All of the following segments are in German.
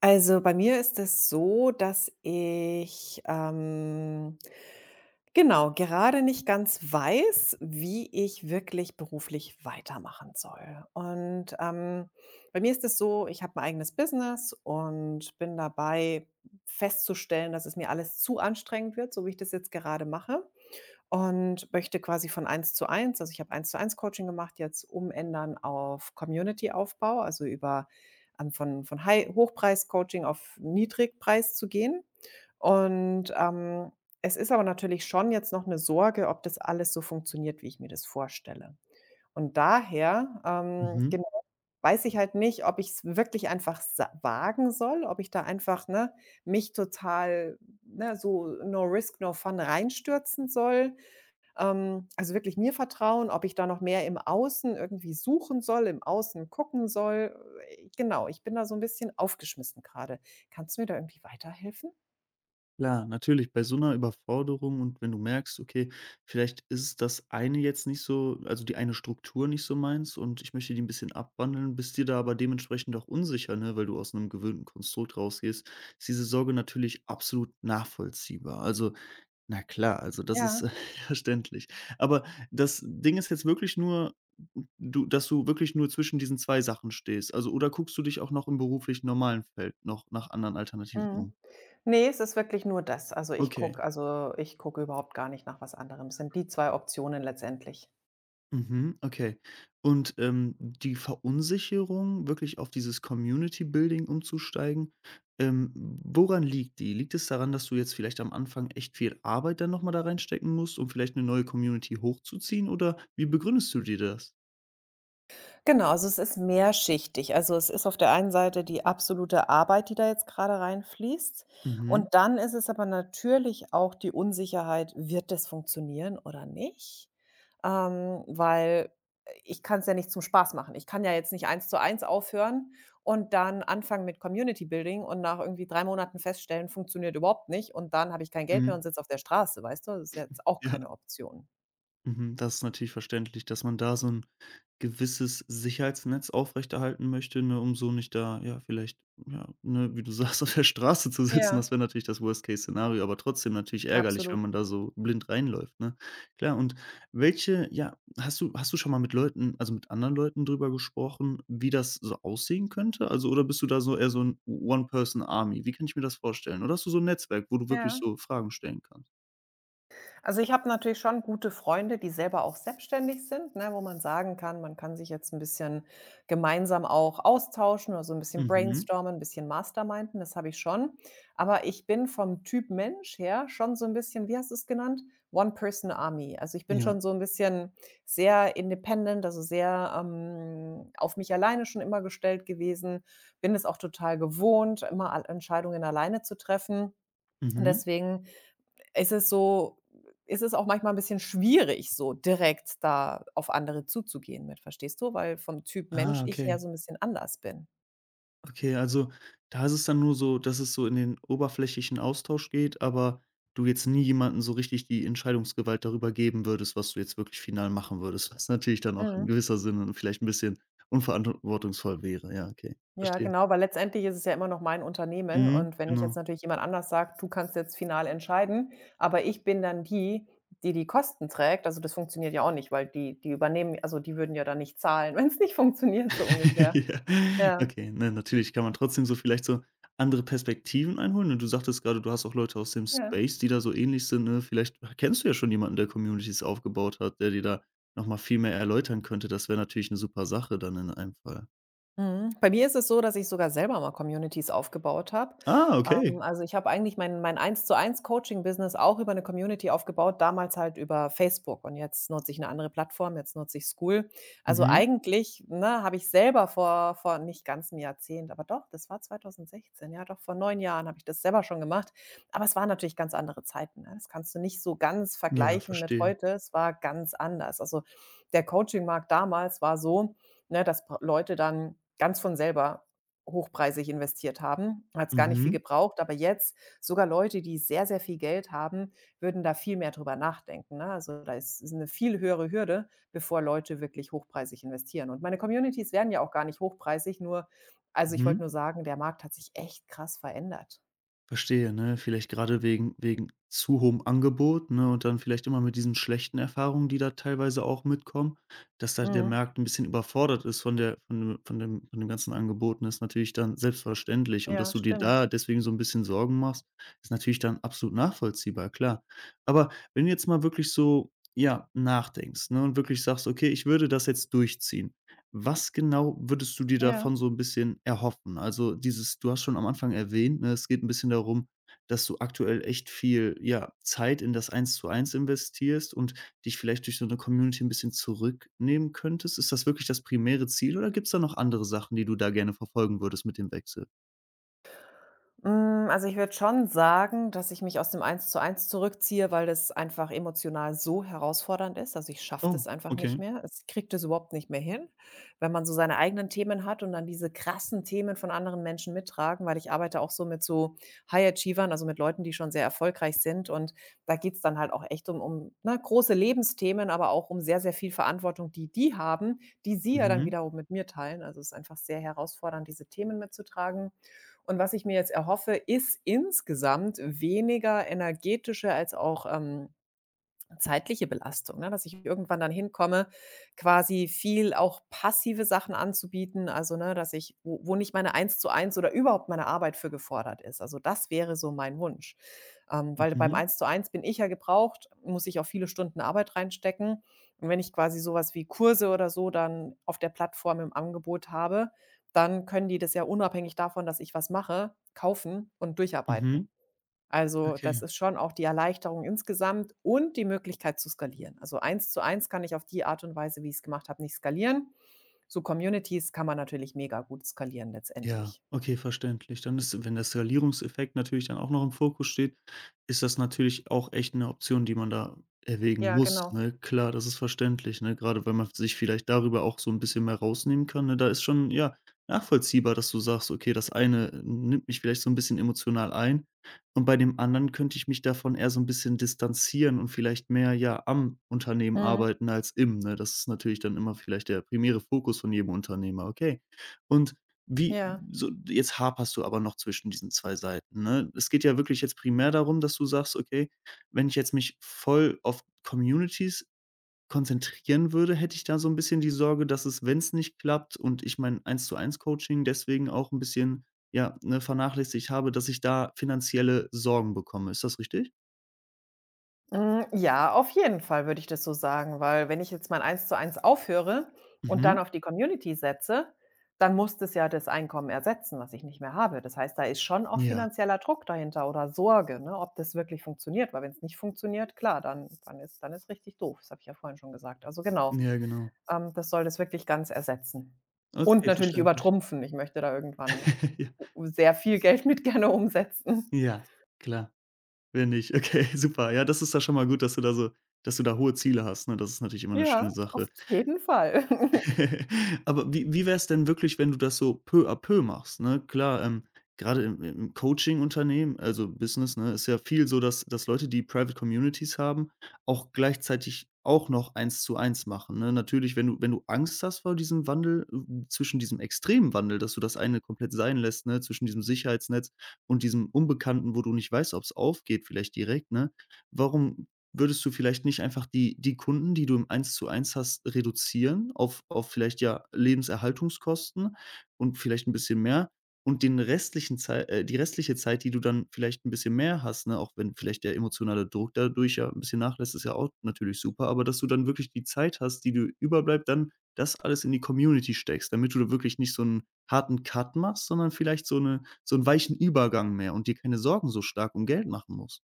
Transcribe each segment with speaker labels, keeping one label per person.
Speaker 1: Also, bei mir ist es so, dass ich, genau, gerade nicht ganz weiß, wie ich wirklich beruflich weitermachen soll. Und, bei mir ist es so, ich habe mein eigenes Business und bin dabei festzustellen, dass es mir alles zu anstrengend wird, so wie ich das jetzt gerade mache. Und möchte quasi von eins zu eins, also, ich habe eins zu eins Coaching gemacht, jetzt umändern auf Community-Aufbau, also, über von High Hochpreis-Coaching auf Niedrigpreis zu gehen. Und, es ist aber natürlich schon jetzt noch eine Sorge, ob das alles so funktioniert, wie ich mir das vorstelle. Und daher,
Speaker 2: Mhm.
Speaker 1: genau, weiß ich halt nicht, ob ich es wirklich einfach sa wagen soll, ob ich da einfach, ne, mich total, ne, so no risk, no fun reinstürzen soll, also wirklich mir vertrauen, ob ich da noch mehr im Außen irgendwie suchen soll, im Außen gucken soll. Genau, ich bin da so ein bisschen aufgeschmissen gerade. Kannst du mir da irgendwie weiterhelfen?
Speaker 2: Klar, natürlich, bei so einer Überforderung und wenn du merkst, okay, vielleicht ist das eine jetzt nicht so also, die eine Struktur nicht so meins und ich möchte die ein bisschen abwandeln, bist dir da aber dementsprechend auch unsicher, ne, weil du aus einem gewöhnten Konstrukt rausgehst, ist diese Sorge natürlich absolut nachvollziehbar. Also, na klar, also, das ist
Speaker 1: Ja.
Speaker 2: verständlich. Aber das Ding ist jetzt wirklich nur, du dass du wirklich nur zwischen diesen 2 Sachen stehst. Also, oder guckst du dich auch noch im beruflich normalen Feld noch nach anderen Alternativen um?
Speaker 1: Mhm. Ne, es ist wirklich nur das. Also, ich
Speaker 2: Okay.
Speaker 1: gucke also, ich gucke überhaupt gar nicht nach was anderem. Es sind die 2 Optionen letztendlich.
Speaker 2: Mhm, okay. Und, die Verunsicherung, wirklich auf dieses Community Building umzusteigen, ähm, woran liegt die? Liegt es daran, dass du jetzt vielleicht am Anfang echt viel Arbeit dann noch mal da reinstecken musst, um vielleicht eine neue Community hochzuziehen, oder wie begründest du dir das?
Speaker 1: Genau, also es ist mehrschichtig. Also, es ist auf der einen Seite die absolute Arbeit, die da jetzt gerade reinfließt.
Speaker 2: Mhm,
Speaker 1: Und dann ist es aber natürlich auch die Unsicherheit: „Wird das funktionieren oder nicht?“ Weil ich kann es ja nicht zum Spaß machen. Ich kann ja jetzt nicht eins zu eins aufhören und dann anfangen mit Community Building und nach irgendwie 3 Monaten feststellen, funktioniert überhaupt nicht und dann habe ich kein Geld mehr und
Speaker 2: mhm,
Speaker 1: sitze auf der Straße, weißt du? Das ist jetzt auch
Speaker 2: ja.
Speaker 1: keine Option.
Speaker 2: Mhm, das ist natürlich verständlich, dass man da so ein gewisses Sicherheitsnetz aufrechterhalten möchte, ne, um so nicht da, ja, vielleicht, ja, ne, wie du sagst, auf der Straße zu sitzen. Das
Speaker 1: Ja,
Speaker 2: wäre natürlich das Worst-Case-Szenario, aber trotzdem natürlich ärgerlich,
Speaker 1: absolut.
Speaker 2: wenn man da so blind reinläuft, ne? Klar, und welche ja, hast du schon mal mit Leuten also, mit anderen Leuten drüber gesprochen, wie das so aussehen könnte? Also, oder bist du da so eher so ein One-Person-Army? Wie kann ich mir das vorstellen? Oder hast du so ein Netzwerk, wo du wirklich
Speaker 1: Ja.
Speaker 2: so Fragen stellen kannst?
Speaker 1: Also, ich habe natürlich schon gute Freunde, die selber auch selbstständig sind, ne, wo man sagen kann, man kann sich jetzt ein bisschen gemeinsam auch austauschen oder so ein bisschen
Speaker 2: Mhm.
Speaker 1: brainstormen, ein bisschen masterminden, das habe ich schon. Aber ich bin vom Typ Mensch her schon so ein bisschen, wie hast du es genannt? One-Person-Army. Also, ich bin
Speaker 2: Ja.
Speaker 1: schon so ein bisschen sehr independent, also, sehr, auf mich alleine schon immer gestellt gewesen, bin es auch total gewohnt, immer Entscheidungen alleine zu treffen. Und
Speaker 2: Mhm.
Speaker 1: deswegen ist es so ist es auch manchmal ein bisschen schwierig, so direkt da auf andere zuzugehen mit, verstehst du? Weil vom Typ Mensch
Speaker 2: Ah,
Speaker 1: ich eher
Speaker 2: okay.
Speaker 1: so ein bisschen anders bin.
Speaker 2: Okay, also da ist es dann nur so, dass es so in den oberflächlichen Austausch geht, aber du jetzt nie jemandem so richtig die Entscheidungsgewalt darüber geben würdest, was du jetzt wirklich final machen würdest, was natürlich dann auch in
Speaker 1: Mhm.
Speaker 2: gewisser Sinne vielleicht ein bisschen unverantwortungsvoll wäre. Ja, okay,
Speaker 1: Ja,
Speaker 2: verstehe.
Speaker 1: genau, weil letztendlich ist es ja immer noch mein Unternehmen
Speaker 2: Mhm,
Speaker 1: und wenn ich jetzt
Speaker 2: genau.
Speaker 1: natürlich jemand anders sagt: „Du kannst jetzt final entscheiden“, aber ich bin dann die, die die Kosten trägt, also, das funktioniert ja auch nicht, weil die würden ja dann nicht zahlen, wenn's nicht funktioniert, so ungefähr.
Speaker 2: Ja,
Speaker 1: Ja,
Speaker 2: okay, ne, natürlich kann man trotzdem so vielleicht so andere Perspektiven einholen und du sagtest gerade, du hast auch Leute aus dem
Speaker 1: ja.
Speaker 2: Space, die da so ähnlich sind, ne? Vielleicht kennst du ja schon jemanden, der Communities aufgebaut hat, der dir da noch mal viel mehr erläutern könnte. Das wäre natürlich eine super Sache dann in einem Fall.
Speaker 1: Mhm. Bei mir ist es so, dass ich sogar selber mal Communities aufgebaut habe.
Speaker 2: Ah, okay.
Speaker 1: Also, ich habe eigentlich mein Eins-zu-eins Coaching-Business auch über eine Community aufgebaut, damals halt über Facebook und jetzt nutze ich eine andere Plattform, jetzt nutze ich School. Also,
Speaker 2: Mhm.
Speaker 1: eigentlich, ne, habe ich selber vor nicht ganzem Jahrzehnt, aber doch, das war 2016, ja doch, vor 9 Jahren habe ich das selber schon gemacht. Aber es waren natürlich ganz andere Zeiten, ne? Das kannst du nicht so ganz
Speaker 2: Ja,
Speaker 1: vergleichen mit
Speaker 2: verstehe.
Speaker 1: heute. Es war ganz anders. Also, der Coaching-Markt damals war so. Ne, dass Leute dann ganz von selber hochpreisig investiert haben. Hat's gar nicht viel
Speaker 2: Mhm.
Speaker 1: gebraucht, aber jetzt sogar Leute, die sehr, sehr viel Geld haben, würden da viel mehr drüber nachdenken, ne? Also, da ist 'ne viel höhere Hürde, bevor Leute wirklich hochpreisig investieren. Und meine Communities werden ja auch gar nicht hochpreisig, nur, also, ich wollte
Speaker 2: Mhm.
Speaker 1: nur sagen, der Markt hat sich echt krass verändert.
Speaker 2: Verstehe, ne? Vielleicht gerade wegen zu hohem Angebot, ne, und dann vielleicht immer mit diesen schlechten Erfahrungen, die da teilweise auch mitkommen, dass da der
Speaker 1: Mhm.
Speaker 2: Markt ein bisschen überfordert ist von der von dem ganzen Angeboten ist natürlich dann selbstverständlich. Und dass
Speaker 1: Ja,
Speaker 2: du dir
Speaker 1: stimmt.
Speaker 2: da deswegen so ein bisschen Sorgen machst, ist natürlich dann absolut nachvollziehbar, klar. Aber wenn du jetzt mal wirklich so, ja, nachdenkst, ne, und wirklich sagst: „Okay, ich würde das jetzt durchziehen.“ was genau würdest du dir
Speaker 1: Ja.
Speaker 2: davon so ein bisschen erhoffen? Also, dieses du hast schon am Anfang erwähnt, ne, es geht ein bisschen darum, dass du aktuell echt viel, ja, Zeit in das Eins-zu-Eins investierst und dich vielleicht durch so eine Community ein bisschen zurücknehmen könntest. Ist das wirklich das primäre Ziel oder gibt es da noch andere Sachen, die du da gerne verfolgen würdest mit dem Wechsel?
Speaker 1: Also, ich würde schon sagen, dass ich mich aus dem Eins-zu-eins zurückziehe, weil das einfach emotional so herausfordernd ist. Also, ich schaffe
Speaker 2: Oh,
Speaker 1: das einfach nicht
Speaker 2: okay.
Speaker 1: mehr. Es kriegt es überhaupt nicht mehr hin, wenn man so seine eigenen Themen hat und dann diese krassen Themen von anderen Menschen mittragen, weil ich arbeite auch so mit so High-Achievern, also mit Leuten, die schon sehr erfolgreich sind. Und da geht's dann halt auch echt um, ne, große Lebensthemen, aber auch um sehr, sehr viel Verantwortung, die die haben, die sie ja dann
Speaker 2: Mhm,
Speaker 1: wiederum mit mir teilen. Also, es ist einfach sehr herausfordernd, diese Themen mitzutragen. Und was ich mir jetzt erhoffe, ist insgesamt weniger energetische als auch zeitliche Belastung, ne, dass ich irgendwann dann hinkomme, quasi viel auch passive Sachen anzubieten, also, ne, dass ich wo nicht meine eins zu eins oder überhaupt meine Arbeit für gefordert ist. Also, das wäre so mein Wunsch. Weil beim
Speaker 2: mhm,
Speaker 1: eins zu eins bin ich ja gebraucht, muss ich auch viele Stunden Arbeit reinstecken. Und wenn ich quasi sowas wie Kurse oder so dann auf der Plattform im Angebot habe, dann können die das ja unabhängig davon, dass ich was mache, kaufen und durcharbeiten.
Speaker 2: mhm.
Speaker 1: Also,
Speaker 2: Okay.
Speaker 1: das ist schon auch die Erleichterung insgesamt und die Möglichkeit zu skalieren. Also, eins zu eins kann ich auf die Art und Weise, wie ich es gemacht habe, nicht skalieren. So Communities kann man natürlich mega gut skalieren
Speaker 2: Ja,
Speaker 1: letztendlich.
Speaker 2: okay, verständlich. Dann ist wenn der Skalierungseffekt natürlich dann auch noch im Fokus steht, ist das natürlich auch echt eine Option, die man da erwägen
Speaker 1: Ja,
Speaker 2: muss,
Speaker 1: genau.
Speaker 2: ne? Klar, das ist verständlich, ne? Gerade wenn man sich vielleicht darüber auch so ein bisschen mehr rausnehmen kann, ne? Da ist schon, ja, nachvollziehbar, dass du sagst: „Okay, das eine nimmt mich vielleicht so ein bisschen emotional ein und bei dem anderen könnte ich mich davon eher so ein bisschen distanzieren und vielleicht mehr, ja, am Unternehmen
Speaker 1: Mhm.
Speaker 2: arbeiten als im“, ne? Das ist natürlich dann immer vielleicht der primäre Fokus von jedem Unternehmer, okay. Und wie
Speaker 1: Ja.
Speaker 2: so jetzt haperst du aber noch zwischen diesen 2 Seiten, ne? Es geht ja wirklich jetzt primär darum, dass du sagst: „Okay, wenn ich jetzt mich voll auf Communities konzentrieren würde, hätte ich da so 'n bisschen die Sorge, dass es, wenn's nicht klappt und ich mein Eins-zu-eins-Coaching deswegen auch 'n bisschen, ja, ne, vernachlässigt habe, dass ich da finanzielle Sorgen bekomme.“ Ist das richtig?
Speaker 1: Ja, auf jeden Fall würde ich das so sagen, weil wenn ich jetzt mein eins zu eins aufhöre und dann
Speaker 2: Mhm.
Speaker 1: auf die Community setze, dann muss das ja das Einkommen ersetzen, was ich nicht mehr habe. Das heißt, da ist schon auch
Speaker 2: Ja.
Speaker 1: finanzieller Druck dahinter oder Sorge, ne, ob das wirklich funktioniert, weil wenn es nicht funktioniert, klar, dann ist richtig doof. Das habe ich ja vorhin schon gesagt. Also, genau,
Speaker 2: Ja, genau.
Speaker 1: das soll das wirklich ganz ersetzen und
Speaker 2: Okay,
Speaker 1: natürlich
Speaker 2: verständlich.
Speaker 1: übertrumpfen. Ich möchte da irgendwann
Speaker 2: Ja.
Speaker 1: sehr viel Geld mit gerne umsetzen.
Speaker 2: Ja, klar. Will nicht. Okay, super. Ja, das ist da schon mal gut, dass du da hohe Ziele hast, ne? Das ist natürlich immer eine
Speaker 1: Ja,
Speaker 2: schöne
Speaker 1: auf
Speaker 2: Sache.
Speaker 1: jeden Fall.
Speaker 2: Aber wie wäre es denn wirklich, wenn du das so peu à peu machst, ne? Klar, grade im Coaching-Unternehmen, also Business, ne, ist ja viel so, dass Leute, die Private Communities haben, auch gleichzeitig auch noch eins zu eins machen, ne? Natürlich, wenn du Angst hast vor diesem Wandel, zwischen diesem extremen Wandel, dass du das eine komplett sein lässt, ne, zwischen diesem Sicherheitsnetz und diesem Unbekannten, wo du nicht weißt, ob es aufgeht vielleicht direkt, ne? Warum Würdest du vielleicht nicht einfach die Kunden, die du im Eins-zu-Eins hast, reduzieren auf vielleicht, ja, Lebenserhaltungskosten und vielleicht ein bisschen mehr und den restlichen Zeit die restliche Zeit, die du dann vielleicht ein bisschen mehr hast, ne, auch wenn vielleicht der emotionale Druck dadurch ja ein bisschen nachlässt, ist ja auch natürlich super, aber dass du dann wirklich die Zeit hast, die du überbleibt, dann das alles in die Community steckst, damit du da wirklich nicht so einen harten Cut machst, sondern vielleicht so eine so einen weichen Übergang mehr und dir keine Sorgen so stark um Geld machen musst.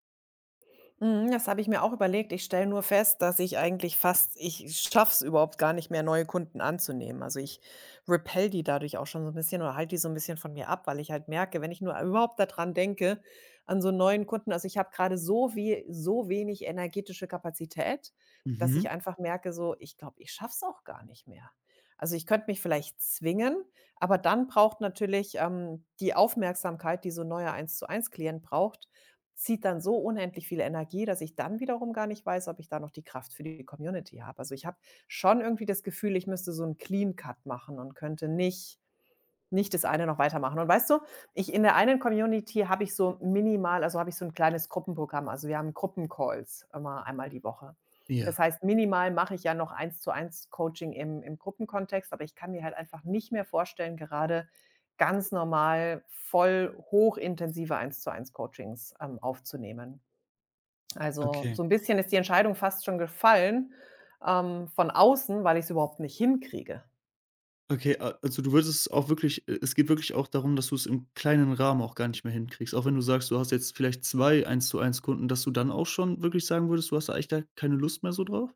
Speaker 1: Mhm, das habe ich mir auch überlegt. Ich stelle nur fest, dass ich eigentlich fast ich schaffe es überhaupt gar nicht mehr, neue Kunden anzunehmen. Also, ich repel die dadurch auch schon so ein bisschen oder halte die so ein bisschen von mir ab, weil ich halt merke, wenn ich nur überhaupt daran denke, an so 'n neuen Kunden, also, ich habe gerade so wie so wenig energetische Kapazität, dass
Speaker 2: Mhm.
Speaker 1: ich einfach merke, so, ich glaube, ich schaffe es auch gar nicht mehr. Also, ich könnte mich vielleicht zwingen, aber dann braucht natürlich, die Aufmerksamkeit, die so 'n neuer Eins-zu-eins-Klient braucht, zieht dann so unendlich viel Energie, dass ich dann wiederum gar nicht weiß, ob ich da noch die Kraft für die Community habe. Also, ich habe schon irgendwie das Gefühl, ich müsste so 'n Clean Cut machen und könnte nicht das eine noch weitermachen. Und weißt du, ich in der einen Community habe ich so minimal, also, habe ich so ein kleines Gruppenprogramm. Also, wir haben Gruppencalls immer einmal die Woche.
Speaker 2: Ja,
Speaker 1: Das heißt, minimal mache ich ja noch Eins-zu-eins Coaching im Gruppenkontext, aber ich kann mir halt einfach nicht mehr vorstellen, gerade ganz normal voll hochintensive Eins-zu-eins Coachings, aufzunehmen. Also,
Speaker 2: okay.
Speaker 1: so ein bisschen ist die Entscheidung fast schon gefallen, von außen, weil ich es überhaupt nicht hinkriege.
Speaker 2: Okay, a also du würdest es auch wirklich es geht wirklich auch darum, dass du es im kleinen Rahmen auch gar nicht mehr hinkriegst. Auch wenn du sagst, du hast jetzt vielleicht zwei eins zu eins Kunden, dass du dann auch schon wirklich sagen würdest, du hast da eigentlich gar keine Lust mehr so drauf?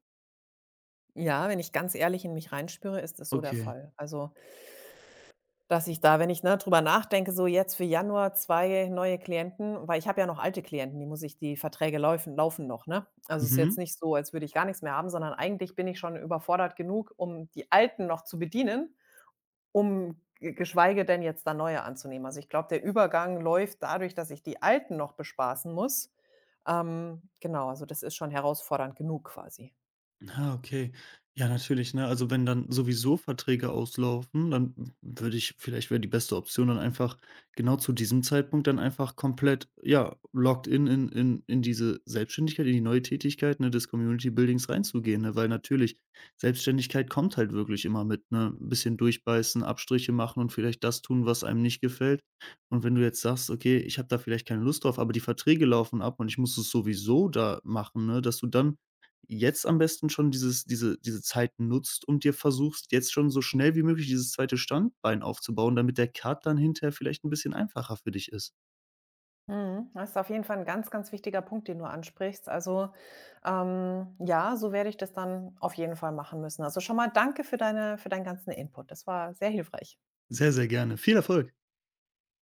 Speaker 1: Ja, wenn ich ganz ehrlich in mich reinspüre, ist das so der
Speaker 2: Okay.
Speaker 1: Fall. Also, dass ich da wenn ich, ne, drüber nachdenke, so jetzt für Januar 2 neue Klienten, weil ich habe ja noch alte Klienten, die muss ich die Verträge läufen laufen noch, ne? Also, es ist jetzt
Speaker 2: Mhm.
Speaker 1: nicht so, als würde ich gar nichts mehr haben, sondern eigentlich bin ich schon überfordert genug, um die Alten noch zu bedienen, um ge geschweige denn jetzt da neue anzunehmen. Also, ich glaube, der Übergang läuft dadurch, dass ich die Alten noch bespaßen muss. Genau, also das ist schon herausfordernd genug quasi.
Speaker 2: Ah, okay. Ja, natürlich, ne? Also, wenn dann sowieso Verträge auslaufen, dann würde ich vielleicht wäre die beste Option dann einfach genau zu diesem Zeitpunkt dann einfach komplett, ja, locked in diese Selbstständigkeit, in die neue Tätigkeit, ne, des Community Buildings reinzugehen, ne? Weil natürlich Selbstständigkeit kommt halt wirklich immer mit, ne, 'n bisschen durchbeißen, Abstriche machen und vielleicht das tun, was einem nicht gefällt. Und wenn du jetzt sagst: „Okay, ich habe da vielleicht keine Lust drauf, aber die Verträge laufen ab und ich muss es sowieso da machen“, ne, dass du dann jetzt am besten schon dieses diese Zeit nutzt und dir versuchst, jetzt schon so schnell wie möglich dieses zweite Standbein aufzubauen, damit der Cut dann hinterher vielleicht ein bisschen einfacher für dich ist.
Speaker 1: Mhm. Das ist auf jeden Fall ein ganz, ganz wichtiger Punkt, den du ansprichst. Also, ja, so werde ich das dann auf jeden Fall machen müssen. Also, schon mal danke für deine für deinen ganzen Input. Das war sehr hilfreich.
Speaker 2: Sehr, sehr gerne. Viel Erfolg.